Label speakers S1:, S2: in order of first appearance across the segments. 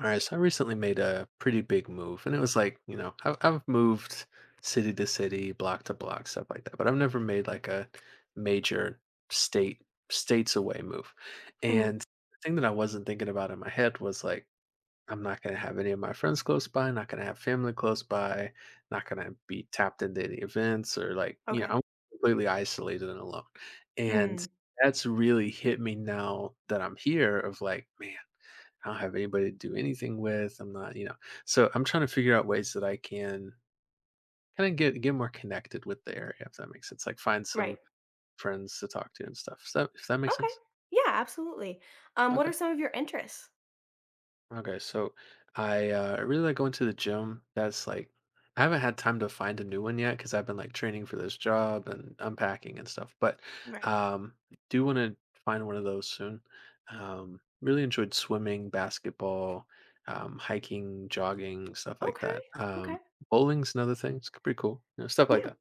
S1: All right, so I recently made a pretty big move, and it was like, I've moved city to city, block to block, stuff like that, but I've never made like a major state states away move.
S2: Mhm.
S1: And the thing that I wasn't thinking about in my head was like, I'm not going to have any of my friends close by, not going to have family close by, not going to be tapped into any events or
S2: Okay.
S1: I'm completely isolated and alone. And
S2: Mm,
S1: that's really hit me now that I'm here of like, man, I don't have anybody to do anything with. I'm not, you know. So I'm trying to figure out ways that I can kind of get more connected with the area, if that makes sense. Like find some
S2: right.
S1: friends to talk to and stuff. So if that makes
S2: Okay.
S1: sense.
S2: Yeah, absolutely. What
S1: Okay.
S2: are some of your interests?
S1: Okay, so I really like going to the gym. That's like I haven't had time to find a new one yet because I've been like training for this job and unpacking and stuff. But
S2: Right.
S1: um, do want to find one of those soon. Really enjoyed swimming, basketball, hiking, jogging, stuff like
S2: Okay.
S1: that.
S2: Okay.
S1: Bowling's another thing. It's pretty cool. Stuff like
S2: Yeah.
S1: that.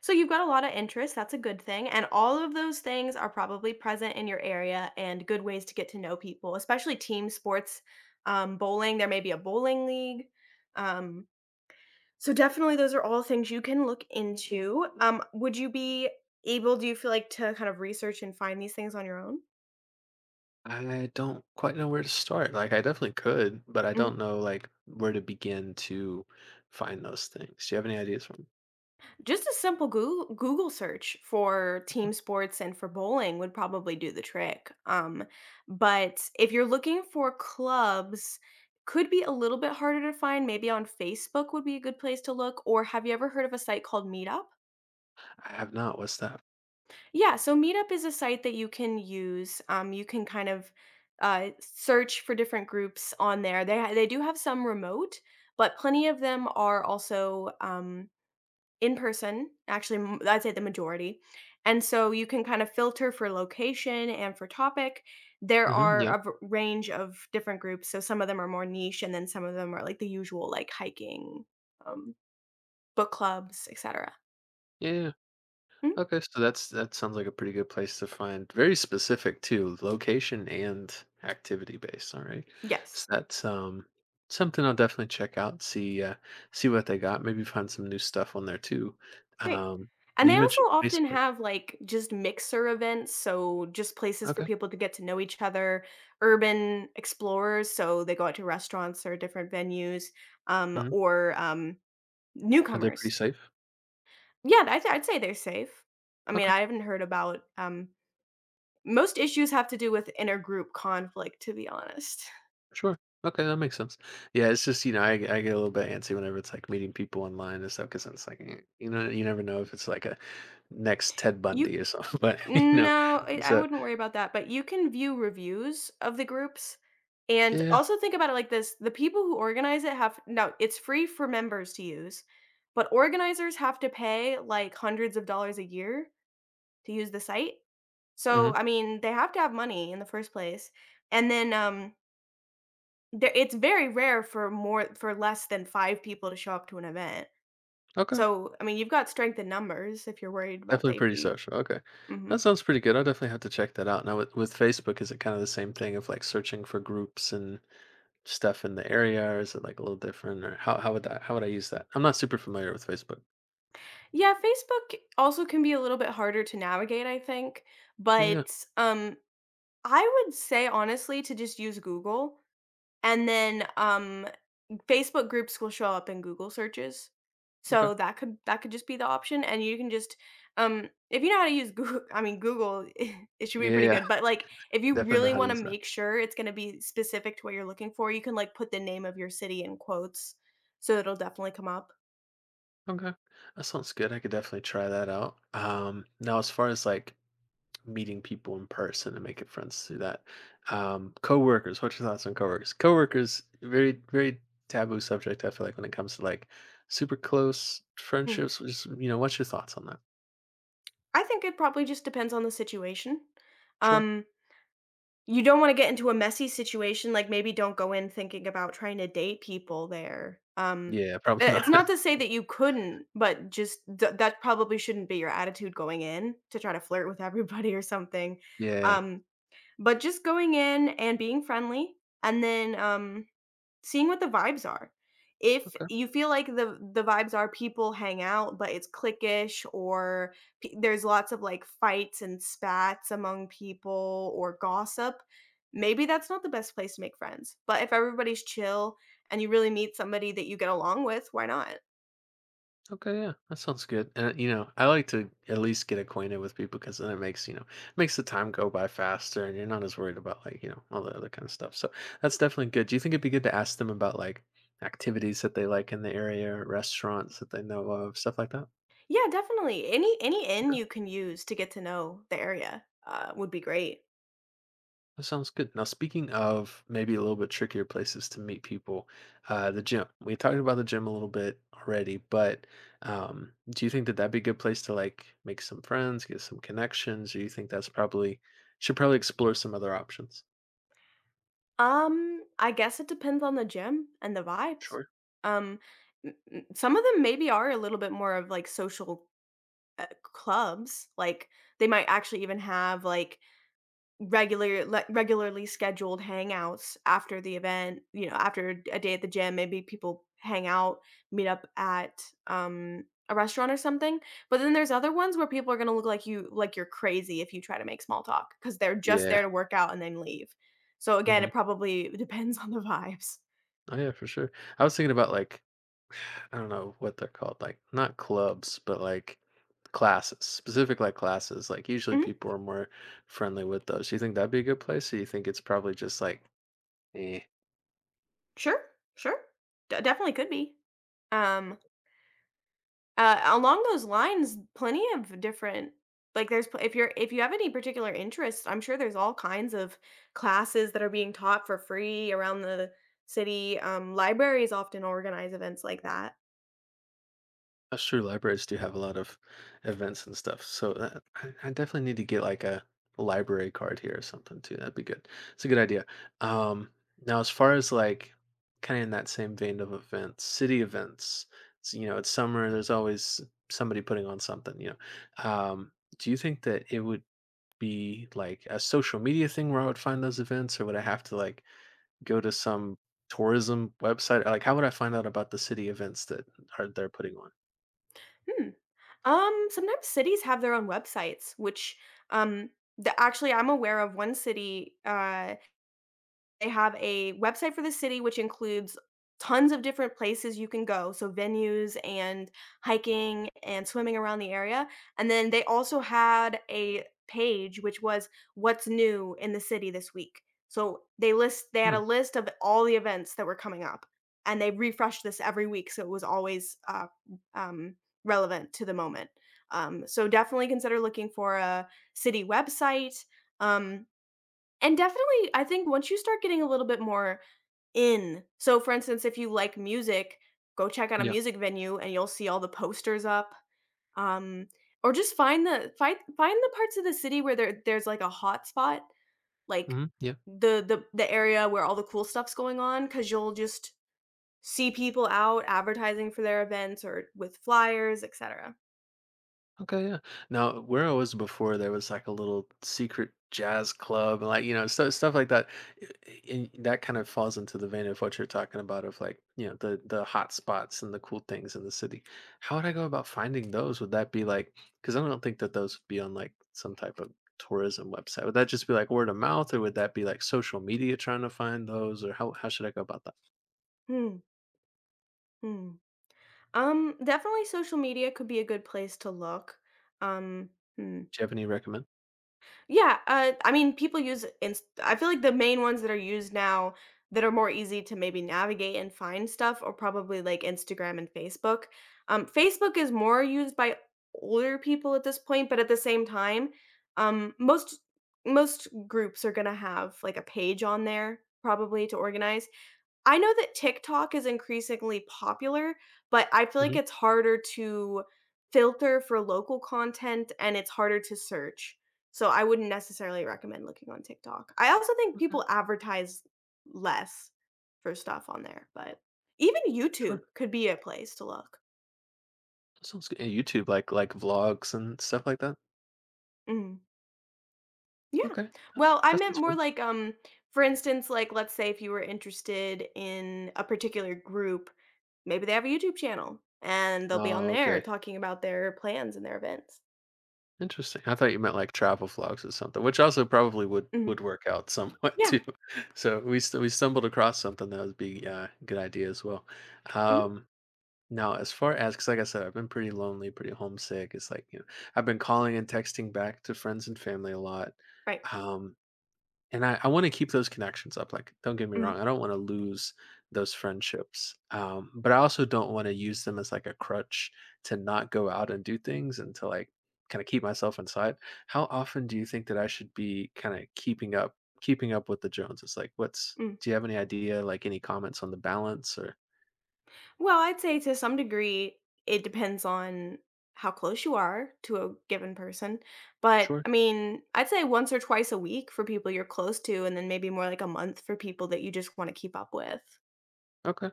S2: So you've got a lot of interests. That's a good thing. And all of those things are probably present in your area and good ways to get to know people, especially team sports, bowling. There may be a bowling league. Um, so definitely those are all things you can look into. Would you be able, do you feel like, to kind of research and find these things on your own?
S1: I don't quite know where to start. Like I definitely could, but I don't know like where to begin to find those things. Do you have any ideas for me?
S2: Just a simple Google search for team sports and for bowling would probably do the trick. But if you're looking for clubs, could be a little bit harder to find. Maybe on Facebook would be a good place to look. Or have you ever heard of a site called Meetup?
S1: I have not. What's that?
S2: Yeah, so Meetup is a site that you can use. You can kind of search for different groups on there. They do have some remote, but plenty of them are also. In person, actually, I'd say the majority. And so you can kind of filter for location and for topic. There
S1: Mhm,
S2: are
S1: yeah.
S2: a range of different groups. So some of them are more niche, and then some of them are like the usual, like hiking, um, book clubs, etc.
S1: Yeah, yeah.
S2: Mhm.
S1: Okay, so that sounds like a pretty good place to find very specific too, location and activity based, alright. So
S2: Yes,
S1: that's, something I'll definitely check out, see, see what they got, maybe find some new stuff on there too.
S2: great.
S1: Um,
S2: And
S1: now
S2: they
S1: you
S2: also
S1: mentioned
S2: often
S1: Facebook.
S2: have like just mixer events. So just places for
S1: Okay.
S2: people to get to know each other, urban explorers. So they go out to restaurants or different venues, um,
S1: Mhm.
S2: or um,
S1: Are they pretty
S2: newcomers.
S1: safe?
S2: Yeah, I'd say they're safe. I mean,
S1: Okay.
S2: I haven't heard about, most issues have to do with intergroup conflict, to be honest.
S1: Sure. Okay, that makes sense. Yeah, it's just I get a little bit antsy whenever it's like meeting people online and stuff because it's like eh, you never know if it's like a next Ted
S2: You
S1: Bundy or something, but you know.
S2: no, I
S1: So
S2: wouldn't worry about that, but you can view reviews of the groups, and
S1: yeah.
S2: also think about it like this, the people who organize it have no, it's free for members to use, but organizers have to pay, like, hundreds of dollars a year to use the site. So,
S1: Hmm.
S2: I mean, they have to have money in the first place, and then, there it's very rare for more for less than 5 people to show up to an event.
S1: Okay.
S2: So, I mean, you've got strength in numbers if you're worried about
S1: Definitely pretty
S2: safety.
S1: social. Okay, that
S2: Mhm.
S1: sounds pretty good. I'll definitely have to check that out. Now with Facebook, is it kind of the same thing of like searching for groups and stuff in the area, or is it like a little different, or how would I use that? I'm not super familiar with Facebook.
S2: Yeah, Facebook also can be a little bit harder to navigate, I think,
S1: Yeah.
S2: but, I would say honestly to just use Google and then, Facebook groups will show up in Google searches.
S1: Okay.
S2: So that could just be the option and you can just if you know how to use Google I mean Google it should be
S1: Yeah,
S2: pretty
S1: yeah.
S2: good, but like if you
S1: Definitely know
S2: really
S1: how to
S2: want to
S1: use that.
S2: make sure it's going to be specific to what you're looking for, you can like put the name of your city in quotes so it'll definitely come up.
S1: Okay. That sounds good. I could definitely try that out. Now, as far as like meeting people in person and making friends through that, coworkers, what's your thoughts on coworkers? Coworkers, very taboo subject, I feel like, when it comes to like super close
S2: Hmm.
S1: friendships. Just, you know, what's your thoughts on that?
S2: I think it probably just depends on the situation.
S1: Sure.
S2: Um You don't wanna get into a messy situation, like, maybe don't go in thinking about trying to date people there,
S1: Yeah,
S2: I
S1: probably
S2: it's
S1: not.
S2: not to say that you couldn't, but just th that probably shouldn't be your attitude going in to try to flirt with everybody or something,
S1: Yeah.
S2: um, but just going in and being friendly, and then, seeing what the vibes are. If
S1: Okay.
S2: you feel like the vibes are people hang out, but it's cliquish or p there's lots of, like, fights and spats among people or gossip, maybe that's not the best place to make friends. But if everybody's chill and you really meet somebody that you get along with, why not?
S1: Okay, yeah, that sounds good. And you know, I like to at least get acquainted with people because then it makes makes the time go by faster, and you're not as worried about like all the other kind of stuff. So that's definitely good. Do you think it'd be good to ask them about like activities that they like in the area, or restaurants that they know of, stuff like that?
S2: Yeah, definitely. Any inn you can use to get to know the area, would be great.
S1: That sounds good. Now, speaking of maybe a little bit trickier places to meet people, the gym. We talked about the gym a little bit already, but do you think that that'd be a good place to like make some friends, get some connections? Or you think that's probably should probably explore some other options?
S2: I guess it depends on the gym and the vibes.
S1: Sure.
S2: Um, some of them maybe are a little bit more of like social clubs. Like they might actually even have like regularly scheduled hangouts after the event, you know, after a day at the gym, maybe people hang out, meet up at, a restaurant or something, but then there's other ones where people are gonna look like you like you're crazy if you try to make small talk because 'cause they're just
S1: Yeah.
S2: there to work out and then leave. So, again,
S1: Hmm.
S2: it probably depends on the vibes.
S1: Oh yeah, for sure. I was thinking about like I don't know what they're called, like not clubs, but like classes, specific like classes. Like usually
S2: Mhm.
S1: people are more friendly with those. Do you think that'd be a good place, or you think it's probably just like, eh?
S2: Sure, sure. De Definitely could be. Um Along those lines, plenty of different like there's pl- if you're if you have any particular interest, I'm sure there's all kinds of classes that are being taught for free around the city. Libraries often organize events like that.
S1: That's true. Libraries do have a lot of events and stuff. So I definitely need to get like a library card here or something too. That'd be good. It's a good idea. Um, Now, as far as like kind of in that same vein of events, city events, it's, you know, it's summer, there's always somebody putting on something, you know. Do you think that it would be like a social media thing where I would find those events, or would I have to like go to some tourism website? Like, how would I find out about the city events that are they're putting on?
S2: Hmm. Sometimes cities have their own websites, which um, actually I'm aware of one city. They have a website for the city, which includes tons of different places you can go, so venues and hiking and swimming around the area, and then they also had a page which was what's new in the city this week. So they had
S1: Hmm.
S2: a list of all the events that were coming up, and they refreshed this every week, so it was always, um, relevant to the moment. So definitely consider looking for a city website, um and definitely, I think once you start getting a little bit more in so for instance, if you like music, go check out a
S1: Yeah.
S2: music venue and you'll see all the posters up, um, or just find the find find the parts of the city where there's, like, a hot spot, like,
S1: Hmm. Yeah.
S2: the area where all the cool stuff's going on, because 'cause you'll just see people out advertising for their events or with flyers, etcetera.
S1: Okay. Yeah. Now, where I was before, there was like a little secret jazz club, and like you know, stuff like that. And that kind of falls into the vein of what you're talking about, of like you know, the hot spots and the cool things in the city. How would I go about finding those? Would that be like? Because I don't think that those would be on like some type of tourism website. Would that just be like word of mouth, or would that be like social media trying to find those, or how should I go about that?
S2: Hmm, hmm. Definitely social media could be a good place to look. Um, hmm.
S1: Do you have any recommend?
S2: Yeah, I mean, people I feel like the main ones that are used now that are more easy to maybe navigate and find stuff are probably like Instagram and Facebook. Facebook is more used by older people at this point, but at the same time, um, most most groups are gonna have like a page on there probably to organize. I know that TikTok is increasingly popular, but I feel like
S1: Hmm.
S2: it's harder to filter for local content and it's harder to search. So I wouldn't necessarily recommend looking on TikTok. I also think
S1: Okay.
S2: people advertise less for stuff on there, but even
S1: Sure.
S2: YouTube could be a place to look.
S1: That sounds good. And YouTube, like vlogs and stuff like that.
S2: Mhm. Yeah.
S1: Okay, that's
S2: Well, I
S1: that
S2: meant
S1: sounds
S2: more
S1: fun.
S2: like, for instance, like let's say if you were interested in a particular group, maybe they have a YouTube channel and they'll be on
S1: Oh,
S2: there
S1: okay,
S2: talking about their plans and their events.
S1: interesting. I thought you meant like travel vlogs or something, which also probably would
S2: Mhm.
S1: would work out somewhat
S2: Yeah.
S1: too. So we stumbled across something that would be a good idea as well.
S2: Hmm.
S1: Um, Now, as far as because like I said, I've been pretty lonely, pretty homesick. It's like you know, I've been calling and texting back to friends and family a lot.
S2: Right.
S1: Um, And I want to keep those connections up. Like, don't get me
S2: Hmm.
S1: wrong, I don't want to lose those friendships, but I also don't want to use them as like a crutch to not go out and do things and to like kind of keep myself inside. How often do you think that I should be kind of keeping up with the Joneses? Like, what's
S2: Hmm.
S1: do you have any idea? Like, any comments on the balance or?
S2: Well, I'd say to some degree it depends on how close you are to a given person, but
S1: Sure.
S2: I mean, I'd say once or twice a week for people you're close to, and then maybe more like a month for people that you just want to keep up with.
S1: Okay,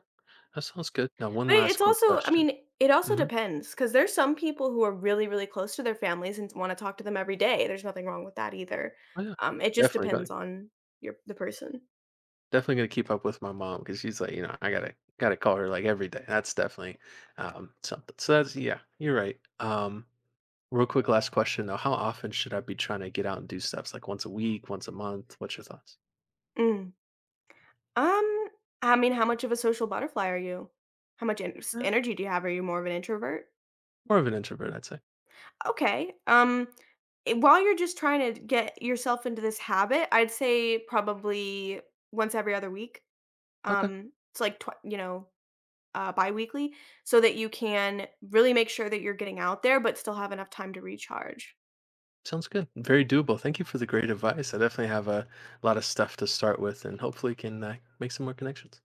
S1: that sounds good. Now, one
S2: But
S1: last
S2: it's
S1: quick
S2: also I
S1: question.
S2: mean, it also
S1: Hmm.
S2: depends because there's some people who are really, really close to their families and wanna talk to them every day, there's nothing wrong with that either.
S1: Oh yeah,
S2: It just
S1: definitely. Go.
S2: depends on your the person.
S1: Definitely gonna keep up with my mom because she's like, you know, I gotta call her like every day. That's definitely something. So that's yeah, you're right. Real quick, last question though: How often should I be trying to get out and do stuffs? Like once a week, once a month? What's your thoughts?
S2: Mm. Um, I mean, how much of a social butterfly are you? How much en s
S1: Uh,
S2: energy do you have? Are you more of an introvert?
S1: More of an introvert, I'd say.
S2: Okay, while you're just trying to get yourself into this habit, I'd say probably once every other week.
S1: Okay,
S2: It's like tw you know biweekly so that you can really make sure that you're getting out there, but still have enough time to recharge.
S1: sounds good. Very doable. Thank you for the great advice. I definitely have a lot of stuff to start with, and hopefully can make some more connections.